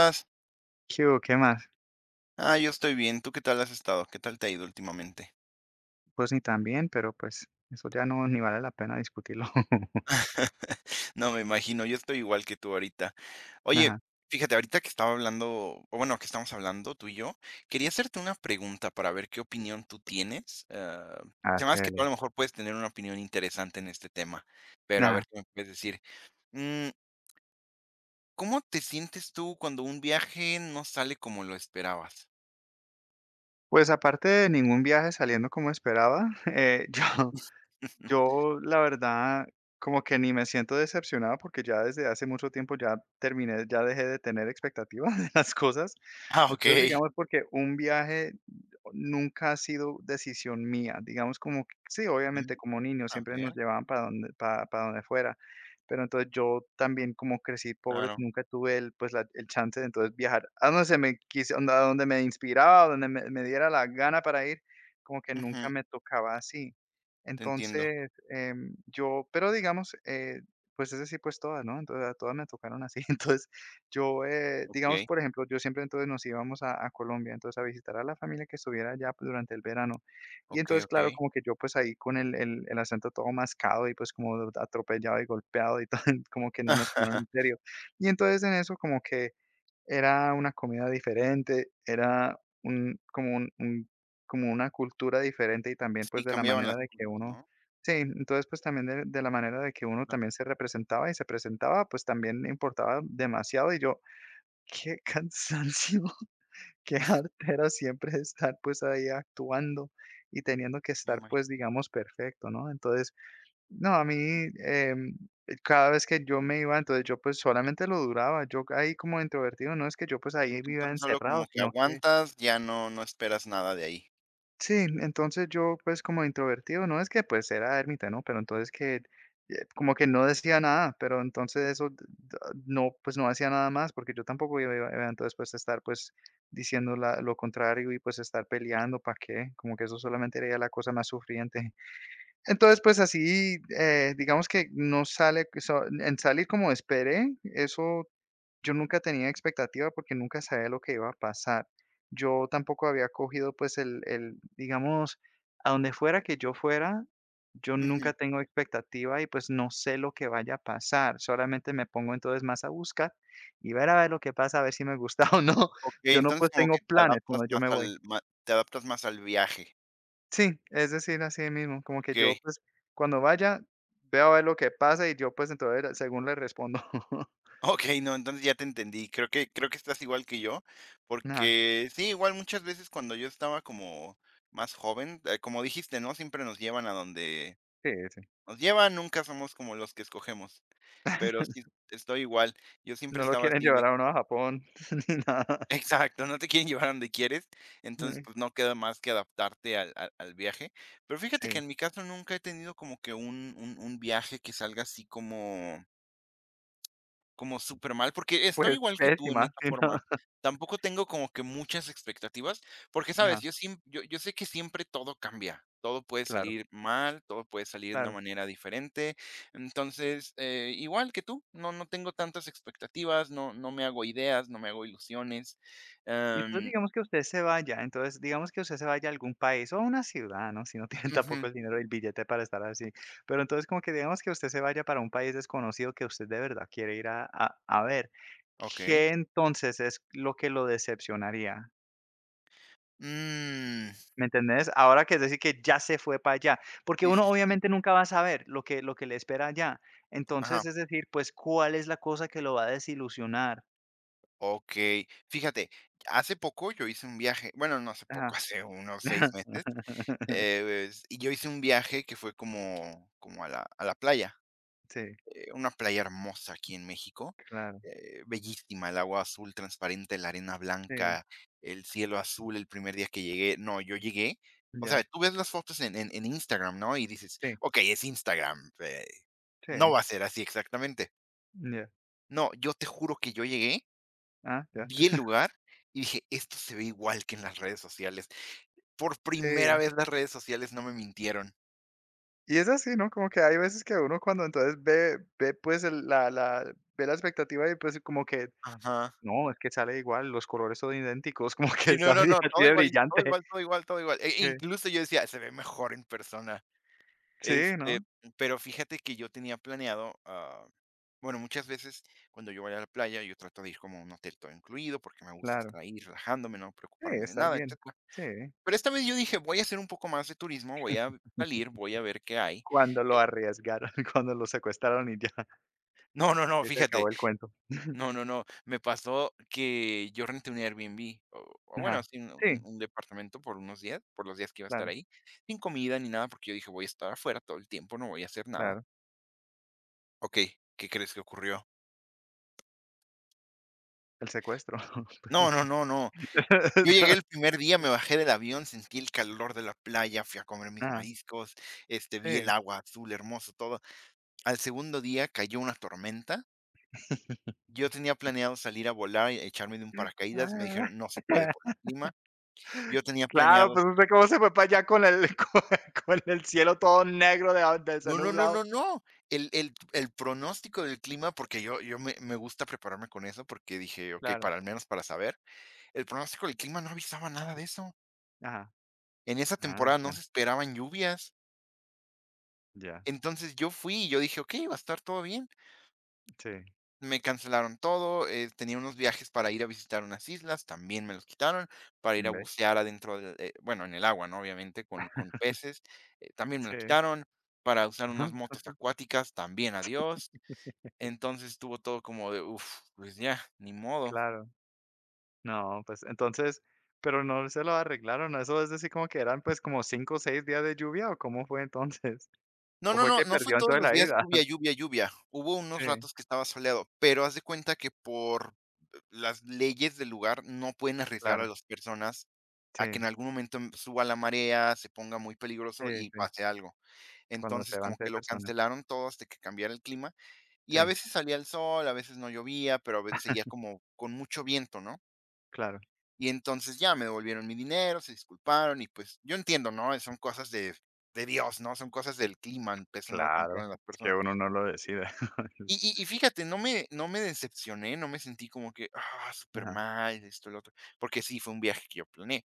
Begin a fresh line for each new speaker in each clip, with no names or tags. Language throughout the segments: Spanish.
Estás?
¿Qué hubo? ¿Qué más?
Ah, yo estoy bien. ¿Tú qué tal has estado? ¿Qué tal te ha ido últimamente?
Pues ni tan bien, pero pues eso ya no ni vale la pena discutirlo.
No, me imagino, yo estoy igual que tú ahorita. Oye,
Nada.
fíjate, ahorita que estaba hablando, o bueno, que estamos hablando tú y yo, quería hacerte una pregunta para ver qué opinión tú tienes.
Ah,
Además que tú a
chévere.
lo mejor puedes tener una opinión interesante en este tema, pero a
Nada,
ver qué me puedes decir. Mm, ¿Cómo te sientes tú cuando un viaje no sale como lo esperabas?
pues aparte de ningún viaje saliendo como esperaba, yo Yo, la verdad, como que ni me siento decepcionado porque ya desde hace mucho tiempo ya terminé, ya dejé de tener expectativas de las cosas.
Ah, ok.
Entonces, digamos, porque un viaje nunca ha sido decisión mía. Digamos, como, sí,
Mm,
obviamente como niños
a
siempre nos
ver,
llevaban para donde fuera. Pero entonces yo también como crecí pobre,
claro.
nunca tuve el, pues el chance de entonces viajar a donde se me quise, a donde me inspiraba, a donde me diera la gana para ir, como que nunca
Ujú,
me tocaba así.
te entiendo.
Entonces, yo pero digamos, pues es decir pues todas, ¿no? Entonces, a todas me tocaron así. Entonces, yo, digamos,
Ok.
por ejemplo, yo siempre entonces nos íbamos a Colombia, entonces, a visitar a la familia que estuviera allá, pues, durante el verano. Y
Okey,
entonces, claro,
okey.
como que yo, pues, ahí con el acento todo mascado y, pues, como atropellado y golpeado y todo, como que no me tomaron en serio. Y entonces en eso como que era una comida diferente, era un como un como una cultura diferente y también, pues,
Sí,
de la
cambiaban
manera
las
de que
cosas,
uno
¿no?
sí, entonces, pues, también de la manera de que uno
Claro,
también se representaba y se presentaba, pues, también importaba demasiado, y yo: "Qué cansancio, qué jartera siempre estar, pues, ahí actuando y teniendo que
me
estar,
imagino.
pues, digamos, perfecto", ¿no? Entonces, no, a mí, em, cada vez que yo me iba, entonces yo pues solamente lo duraba, yo ahí como introvertido, no es que yo pues ahí viva
Entonces, solo
encerrado,
como que
sino que
aguantas, ya no esperas nada de ahí.
sí, entonces yo pues como introvertido, no es que pues era ermita, ¿no? Pero entonces que como que no decía nada, pero entonces eso no, pues no hacía nada más porque yo tampoco iba, iba entonces pues estar pues diciendo lo contrario y pues estar peleando, ¿para qué? Como que eso solamente era la cosa más sufriente. Entonces, pues así, digamos que no sale, que en salir como esperé, eso yo nunca tenía expectativa porque nunca sabía lo que iba a pasar. Yo tampoco había cogido pues el, digamos, a donde fuera que yo fuera, yo
Ujú.
nunca tengo expectativa y pues no sé lo que vaya a pasar. Solamente me pongo entonces más a buscar y ver a ver lo que pasa, a ver si me gusta o no.
Okey,
Yo no
entonces
pues
como que
tengo
te
planes
adaptas
cuando yo
más
me voy.
al ma te adaptas más al viaje.
Sí, es decir, así mismo, como que yo,
Okey.
pues, cuando vaya, veo a ver lo que pasa y yo, pues, entonces, según le respondo.
Okey, no, entonces ya te entendí. Creo que estás igual que yo,
Nada,
porque sí, igual muchas veces cuando yo estaba como más joven, como dijiste, ¿no? Siempre nos llevan a donde
sí, sí.
nos llevan, nunca somos como los que escogemos, pero sí, estoy igual. Yo siempre
No lo
estaba
quieren
así
llevar
de
a uno a Japón ni nada.
Exacto, no te quieren llevar a donde quieres, entonces,
Ay.
pues, no queda más que adaptarte al viaje. Pero fíjate que
Sí,
en mi caso nunca he tenido como que un viaje que salga así como como súper mal, porque estoy
pues,
igual que tú en
pésima,
esta
sí, no.
forma. Tampoco tengo como que muchas expectativas, porque, ¿sabes?
Ajá,
Yo sé que siempre todo cambia, todo puede
claro,
salir mal, todo puede salir de una
claro.
manera diferente. Entonces, igual que tú, no tengo tantas expectativas, no me hago ideas, no me hago ilusiones,
Y entonces
em
digamos que usted se vaya, entonces digamos que usted se vaya a algún país o a una ciudad, ¿no? Si no tienen
Ujú,
tampoco el dinero, el billete para estar así. Pero entonces como que digamos que usted se vaya para un país desconocido que usted de verdad quiere ir a ver.
okey.
¿Qué entonces es lo que lo decepcionaría?
Mm,
¿Me entendés? Ahora que es decir que ya se fue para allá, porque
sí,
uno
sí, sí, sí.
obviamente nunca va a saber lo que le espera allá.
Ajá,
Entonces, es decir, pues, ¿cuál es la cosa que lo va a desilusionar?
okey. Fíjate, hace poco yo hice un viaje, bueno, no hace
Ajá.
poco, hace unos 6 meses, es y yo hice un viaje que fue como como a la playa,
Sí,
una playa hermosa aquí en México,
claro,
bellísima, el agua azul transparente, la arena
sí,
blanca, el cielo azul el primer día que llegué. No, yo llegué, o
ya,
sea, tú ves las fotos en Instagram, ¿no? Y dices:
sí.
"Okey, es Instagram, no
Sí,
va a ser así exactamente".
ya.
No, yo te juro que yo llegué,
Ah, ya.
vi el lugar y dije: "Esto se ve igual que en las redes sociales". Por
Sí.
primera vez las redes sociales no me mintieron.
Y es así, ¿no? Como que hay veces que uno cuando entonces ve, pues, el la la ve la expectativa y, pues, como que
Ajá.
no, es que sale igual, los colores son idénticos, como que
Sí, no,
está
no,
bien
no,
así
todo
de
igual, todo
brillante.
igual, todo igual, todo igual.
Eh,
Incluso yo decía: "Se ve mejor en persona".
sí,
Este,
¿no?
pero fíjate que yo tenía planeado, bueno, muchas veces cuando yo voy a la playa, yo trato de ir como a un hotel todo incluido, porque me gusta
Claro.
estar ahí relajándome, no
Sí,
preocuparme de
estar
nada,
bien.
etcétera.
Sí.
Pero esta vez yo dije: "Voy a hacer un poco más de turismo, voy a salir, voy a ver qué hay".
Cuando lo arriesgaron, cuando lo secuestraron y ya,
No, no, no,
ahí se
fíjate.
acabó el cuento.
No, no, no. Me pasó que yo renté un Airbnb, o bueno,
Ajá.
sí, un un
Sí,
un departamento por unos días, por los días que iba a estar
claro,
ahí, sin comida ni nada, porque yo dije: "Voy a estar afuera todo el tiempo, no voy a hacer nada".
claro.
¿Ok? ¿Qué crees que ocurrió?
El secuestro.
No, no, no, no. Yo llegué el primer día, me bajé del avión, sentí el calor de la playa, fui a comer mis
Ajá,
mariscos, este, vi el
sí.
agua azul, hermoso, todo. Al segundo día cayó una tormenta. Yo tenía planeado salir a volar y echarme de un paracaídas, me
Ah.
dijeron: "No se puede por el clima". Yo tenía
Claro,
planeado
pues usted cómo se fue para allá con el con el cielo todo negro de donde está
No, no, no,
nublado.
no, no, el pronóstico del clima, porque yo me gusta prepararme con eso, porque dije: "Okey,
Claro,
para al menos para saber", el pronóstico del clima no avisaba nada de eso.
ajá,
En esa
ah,
temporada no
bueno,
se esperaban lluvias.
ya,
Entonces, yo fui y yo dije: "Okey, va a estar todo bien".
sí,
Me cancelaron todo, tenía unos viajes para ir a visitar unas islas, también me los quitaron, para ir a
ve,
bucear adentro de, bueno, en el agua, ¿no?, obviamente, con peces, también me
sí,
los quitaron, para usar unas
ujú,
motos acuáticas, también adiós. Entonces estuvo todo como de, uf, pues ya, ni modo.
claro. No, pues entonces, pero no se lo arreglaron, eso es decir, como que eran, pues, como 5 o 6 días de lluvia, ¿o cómo fue entonces?
No,
¿O
no,
fue
no,
que
no fue
perdió
todos
entonces
los
la
días
ida?
lluvia, lluvia, lluvia. Hubo unos
Sí,
ratos que estaba soleado, pero haz de cuenta que por las leyes del lugar no pueden arriesgar a
claro,
las personas
sí,
a que en algún momento suba la marea, se ponga muy
sí,
peligroso y
sí,
pase algo.
cuando se
Entonces
van
como que
6
lo
personas,
cancelaron todo hasta que cambiara el clima y a
sí,
veces salía el sol, a veces no llovía, pero a veces seguía como con mucho viento, ¿no?
claro,
Y entonces ya me devolvieron mi dinero, se disculparon y pues yo entiendo, ¿no? Son cosas de, Dios, ¿no? Son cosas del clima, eso no lo
claro,
controlan las
es que
personas.
uno no lo decide,
Y,
es
y fíjate, no me decepcioné, no me sentí como que, ah, súper
ajá,
mal, esto, lo otro, porque sí, fue un viaje que yo planeé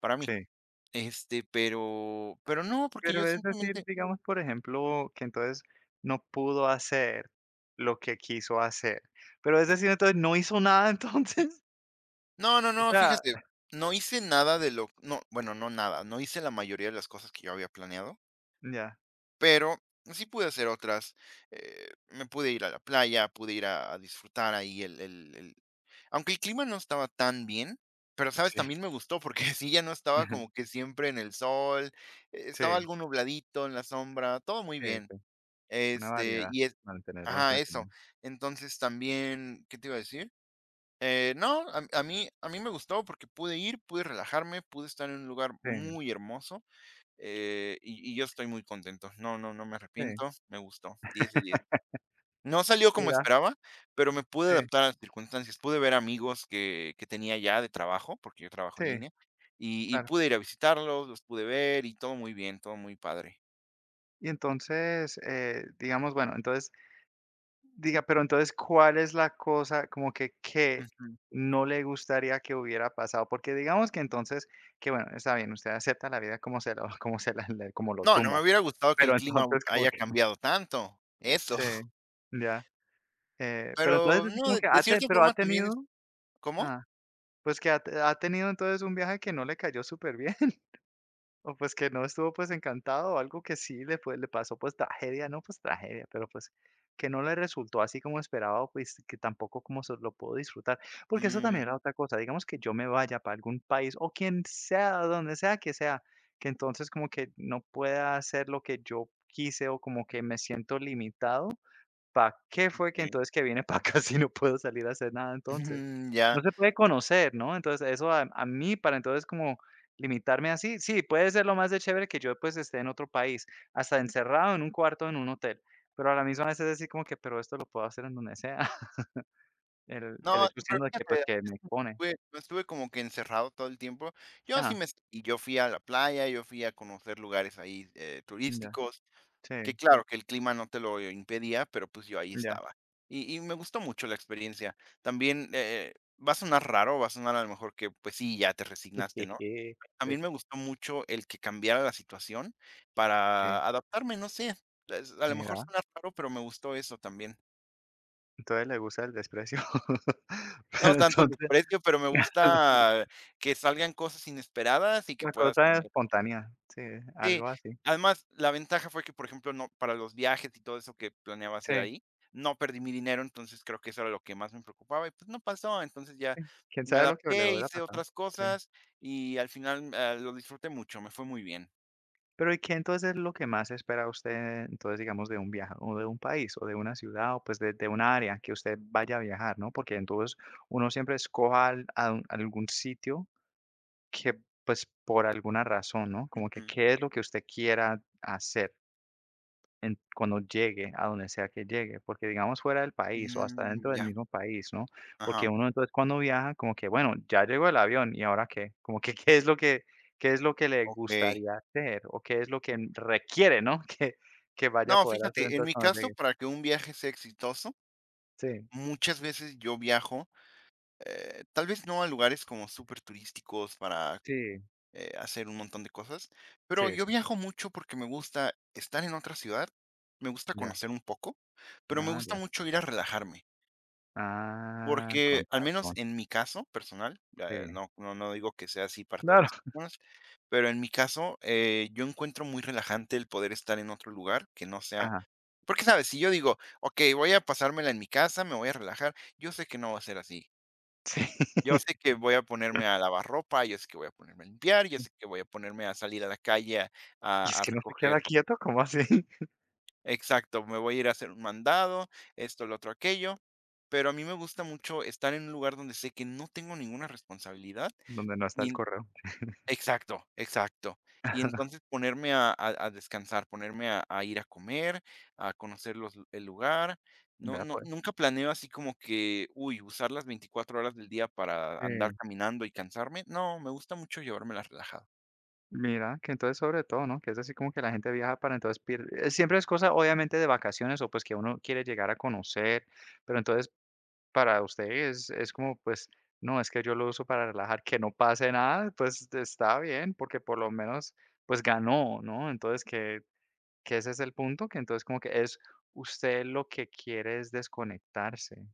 para mí.
sí.
Este, pero no, porque yo
Pero es decir,
simplemente,
digamos, por ejemplo, que entonces no pudo hacer lo que quiso hacer. Pero es
eh,
decir, entonces no hizo nada entonces.
no, no,
O
no,
sea,
fíjate, no hice nada de lo, no, bueno, no nada, no hice la mayoría de las cosas que yo había planeado.
ya.
Pero sí pude hacer otras. Me pude ir a la playa, pude ir a disfrutar ahí aunque el clima no estaba tan bien, pero sabes,
Sí.
también me gustó porque sí ya no estaba como que siempre en el sol, estaba
Sí,
algo nubladito en la sombra, todo muy
sí,
bien.
sí. Una
Este,
variedad.
y es...
Mantenerlo
Ajá, eso.
entretenido.
Entonces también, ¿qué te iba a decir? No, a mí me gustó porque pude ir, pude relajarme, pude estar en un lugar
Sí,
muy hermoso y yo estoy muy contento. No, no, no me
sí.
arrepiento, me gustó, 10/10. No salió como
Mira,
esperaba, pero me pude
sí,
adaptar a las circunstancias. Pude ver amigos que tenía ya de trabajo, porque yo trabajo
sí,
en línea, y
claro.
pude ir a visitarlos, los pude ver y todo muy bien, todo muy padre.
Y entonces, digamos, bueno, entonces Diga, pero entonces, ¿cuál es la cosa como que qué
Ujú.
no le gustaría que hubiera pasado? Porque digamos que entonces, que bueno, está bien, usted acepta la vida como se lo como se la le como lo
No, no
tumba,
me hubiera gustado que el
pero
clima hu
entonces como
haya
que
cambiado tanto, eso.
sí, ya, pero
Pero
entonces así
no,
como
de
que ha te
cierta
pero ha
forma también es
tenido
¿Cómo?
ah, pues que ha tenido entonces un viaje que no le cayó súper bien. O pues que no estuvo pues encantado, o algo que sí le fue le pasó pues tragedia, no, pues tragedia, pero pues que no le resultó así como esperaba, pues que tampoco como se lo puedo disfrutar, porque eso
Mm,
también era otra cosa, digamos que yo me vaya para algún país o quien sea, donde sea, que entonces como que no pueda hacer lo que yo quise o como que me siento limitado, ¿para qué fue que
okey.
entonces que vine para acá si no puedo salir a hacer nada entonces?
Ujú, ya.
No se puede conocer, ¿no? Entonces, eso a mí, para entonces como limitarme así, sí, puede ser lo más de chévere que yo, pues, esté en otro país, hasta encerrado en un cuarto en un hotel, pero a la misma vez es así como que, pero esto lo puedo hacer en donde sea. El
No,
hecho
sí, pero
siendo de que,
fíjate
pues, que me expone.
estuve no estuve como que encerrado todo el tiempo. Yo sí
Ah,
me Y yo fui a la playa, yo fui a conocer lugares ahí,
ya,
turísticos, que
sí,
claro, que el clima no te lo impedía, pero pues yo ahí
ya.
estaba. Y me gustó mucho la experiencia. También, va a sonar raro, va a sonar a lo mejor que, pues sí, ya te resignaste, ¿no? A mí
Te-
me gustó mucho el que cambiara la situación
Sí,
para adaptarme, no sé, es a lo mejor
mira,
suena raro, pero me gustó eso también.
entonces le gusta el desprecio.
No
Pero
tanto el
entonces,
desprecio, pero me gusta que salgan cosas inesperadas y que
la
puedas
cosa es
cambiar.
espontánea, sí,
Sí,
algo así.
además, la ventaja fue que, por ejemplo, no para los viajes y todo eso que planeaba hacer
Sí,
ahí, no perdí mi dinero, entonces creo que eso era lo que más me preocupaba y, pues, no pasó. Entonces ya
sí, quién
me
sabe lo que le
adapté,
hubiera
hice
pasado.
otras
Sí.
cosas y al final, ah, lo disfruté mucho, me fue muy bien.
Pero, ¿y qué entonces es lo que más espera usted, entonces, digamos, de un viaje o de un país o de una ciudad o pues de un área que usted vaya a viajar, ¿no? Porque entonces uno siempre escoja algún sitio que pues por alguna razón, ¿no? Como que
Ujú.
qué es lo que usted quiera hacer. En cuando llegue, a donde sea que llegue, porque digamos fuera del país o hasta dentro
Mm,
del
ya,
mismo país, ¿no? Porque
ajá,
uno entonces cuando viaja como que, bueno, ya llegó el avión y ahora qué, como que qué es lo que le
okey.
gustaría hacer o qué es lo que requiere, ¿no? Que vaya a
No,
poder hacer
fíjate, en
entonces
mi
cuando
caso,
llegue.
para que un viaje sea exitoso,
Sí,
muchas veces yo viajo tal vez no a lugares como súper turísticos para
sí,
hacer un montón de cosas,
sí,
pero yo
sí,
viajo mucho porque me gusta estar en otra ciudad, me gusta
ya,
conocer un poco, pero me
ah,
gusta
ya.
mucho ir a relajarme,
Ah, con
porque al menos
razón,
en mi caso personal,
sí,
no, no, no digo que sea así para todas
claro,
las personas, pero en mi caso yo encuentro muy relajante el poder estar en otro lugar que no sea,
ajá,
porque sabes, si yo digo, ok, voy a pasármela en mi casa, me voy a relajar, yo sé que no va a ser así.
sí.
Yo sé que voy a ponerme a lavar ropa, yo sé que voy a ponerme a limpiar, yo sé que voy a ponerme a salir a la calle a,
Y es
a
que no se queda
recoger.
quieto, ¿cómo así?
Exacto, me voy a ir a hacer un mandado, esto, lo otro, aquello. Pero a mí me gusta mucho estar en un lugar donde sé que no tengo ninguna responsabilidad.
Donde no está el correo.
Exacto, exacto. Y entonces ponerme a descansar, ponerme a ir a comer, a conocer los lu el lugar. No
Vea
no
pues,
nunca planeo así como que, uy, usar las 24 horas del día para andar
sí.
caminando y cansarme. No, me gusta mucho llevármelas relajado.
Mira, que entonces sobre todo, ¿no? Que es así como que la gente viaja para entonces siempre es cosa, obviamente, de vacaciones o pues que uno quiere llegar a conocer, pero entonces para ustedes es como pues, no, es que yo lo uso para relajar, que no pase nada, pues está bien, porque por lo menos pues ganó, ¿no? Entonces que ese es el punto, que entonces como que es usted lo que quiere es desconectarse.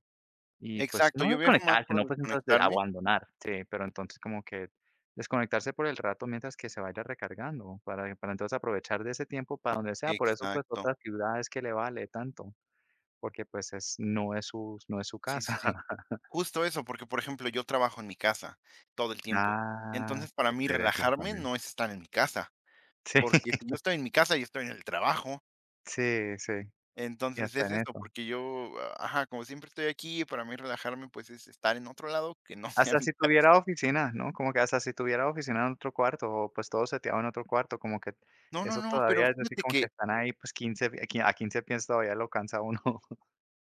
Y, pues,
Exacto,
no
yo viajo más
desconectarse,
por
no, pues, entonces,
desconectarme.
abandonar, sí, pero entonces como que desconectarse por el rato mientras que se vaya recargando, para entonces aprovechar de ese tiempo para donde sea, por eso, pues,
Exacto.
otras ciudades que le vale tanto, porque, pues, es no es su
Sí, sí,
casa.
sí. Justo eso, porque, por ejemplo, yo trabajo en mi casa todo el tiempo.
Ah,
Entonces, para
qué
mí
pereza
relajarme
también.
no es estar en mi casa,
Sí,
porque si yo estoy en mi casa, yo estoy en el trabajo.
sí, sí, y
Entonces
hasta
es
en
eso,
eso.
porque yo, ajá, como siempre estoy aquí, para mí relajarme, pues, es estar en otro lado que no sea
Hasta
mi
si
ca.
tuviera oficina, ¿no? Como que hasta si tuviera oficina en otro cuarto, o pues todo seteado en otro cuarto, como que
No, no,
eso
no, pero
todavía es así
fíjate
como que
que
están ahí, pues quince pi aquí a 15 pies todavía lo cansa uno.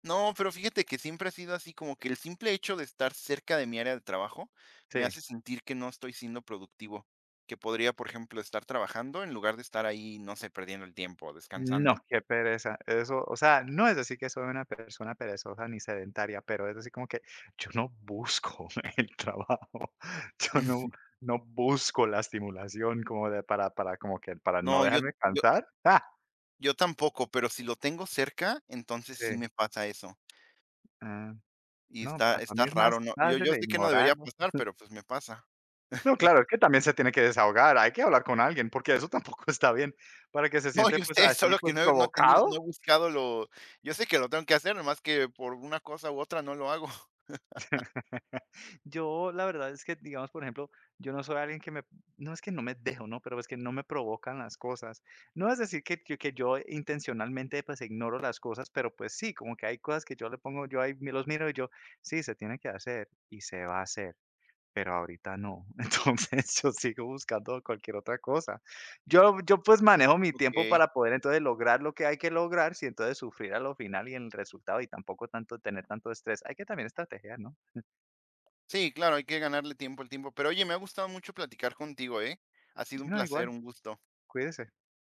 no, pero fíjate que siempre ha sido así, como que el simple hecho de estar cerca de mi área de trabajo me
Sí.
hace sentir que no estoy siendo productivo, que podría, por ejemplo, estar trabajando en lugar de estar ahí, no sé, perdiendo el tiempo,
No,
descansando.
qué pereza. Eso, o sea, no es decir que soy una persona perezosa ni sedentaria, pero es así como que yo no busco el trabajo, yo no no busco la estimulación como de para como que para no
No, yo
dejarme
yo
cansar. ¡Ah!
yo tampoco, pero si lo tengo cerca, entonces sí
Sí.
me pasa eso,
Ah,
y
no, para mí
está
es más
raro, ¿no? Yo
fácil
yo sé que no
ignorar,
debería
¿no?
pasar, pero, pues, me pasa.
No, claro, es que también se tiene que desahogar, hay que hablar con alguien, porque eso tampoco está bien, para que se
No,
siente,
yo
pues,
sé,
así,
solo que
pues,
no
provocado.
he buscado lo yo sé que lo tengo que hacer, nomás que por una cosa u otra no lo hago.
Yo, la verdad es que, digamos, por ejemplo, yo no soy alguien que me no es que no me dejo, ¿no? Pero es que no me provocan las cosas. No es decir que que yo intencionalmente, pues, ignoro las cosas, pero, pues, sí, como que hay cosas que yo le pongo yo ahí, me los miro y yo: "Sí, se tiene que hacer", y se va a hacer. Pero ahorita no. Entonces, yo sigo buscando cualquier otra cosa. Yo, pues, manejo mi tiempo
Okey.
para poder, entonces, lograr lo que hay que lograr, sin, entonces, sufrir a lo final y en el resultado, y tampoco tanto tener tanto estrés. Hay que también estrategiar, ¿no?
Sí, claro, hay que ganarle tiempo al tiempo. Pero oye, me ha gustado mucho platicar contigo, ¿eh? Ha sido
Si
un
no,
placer,
igual,
un gusto.
cuídese.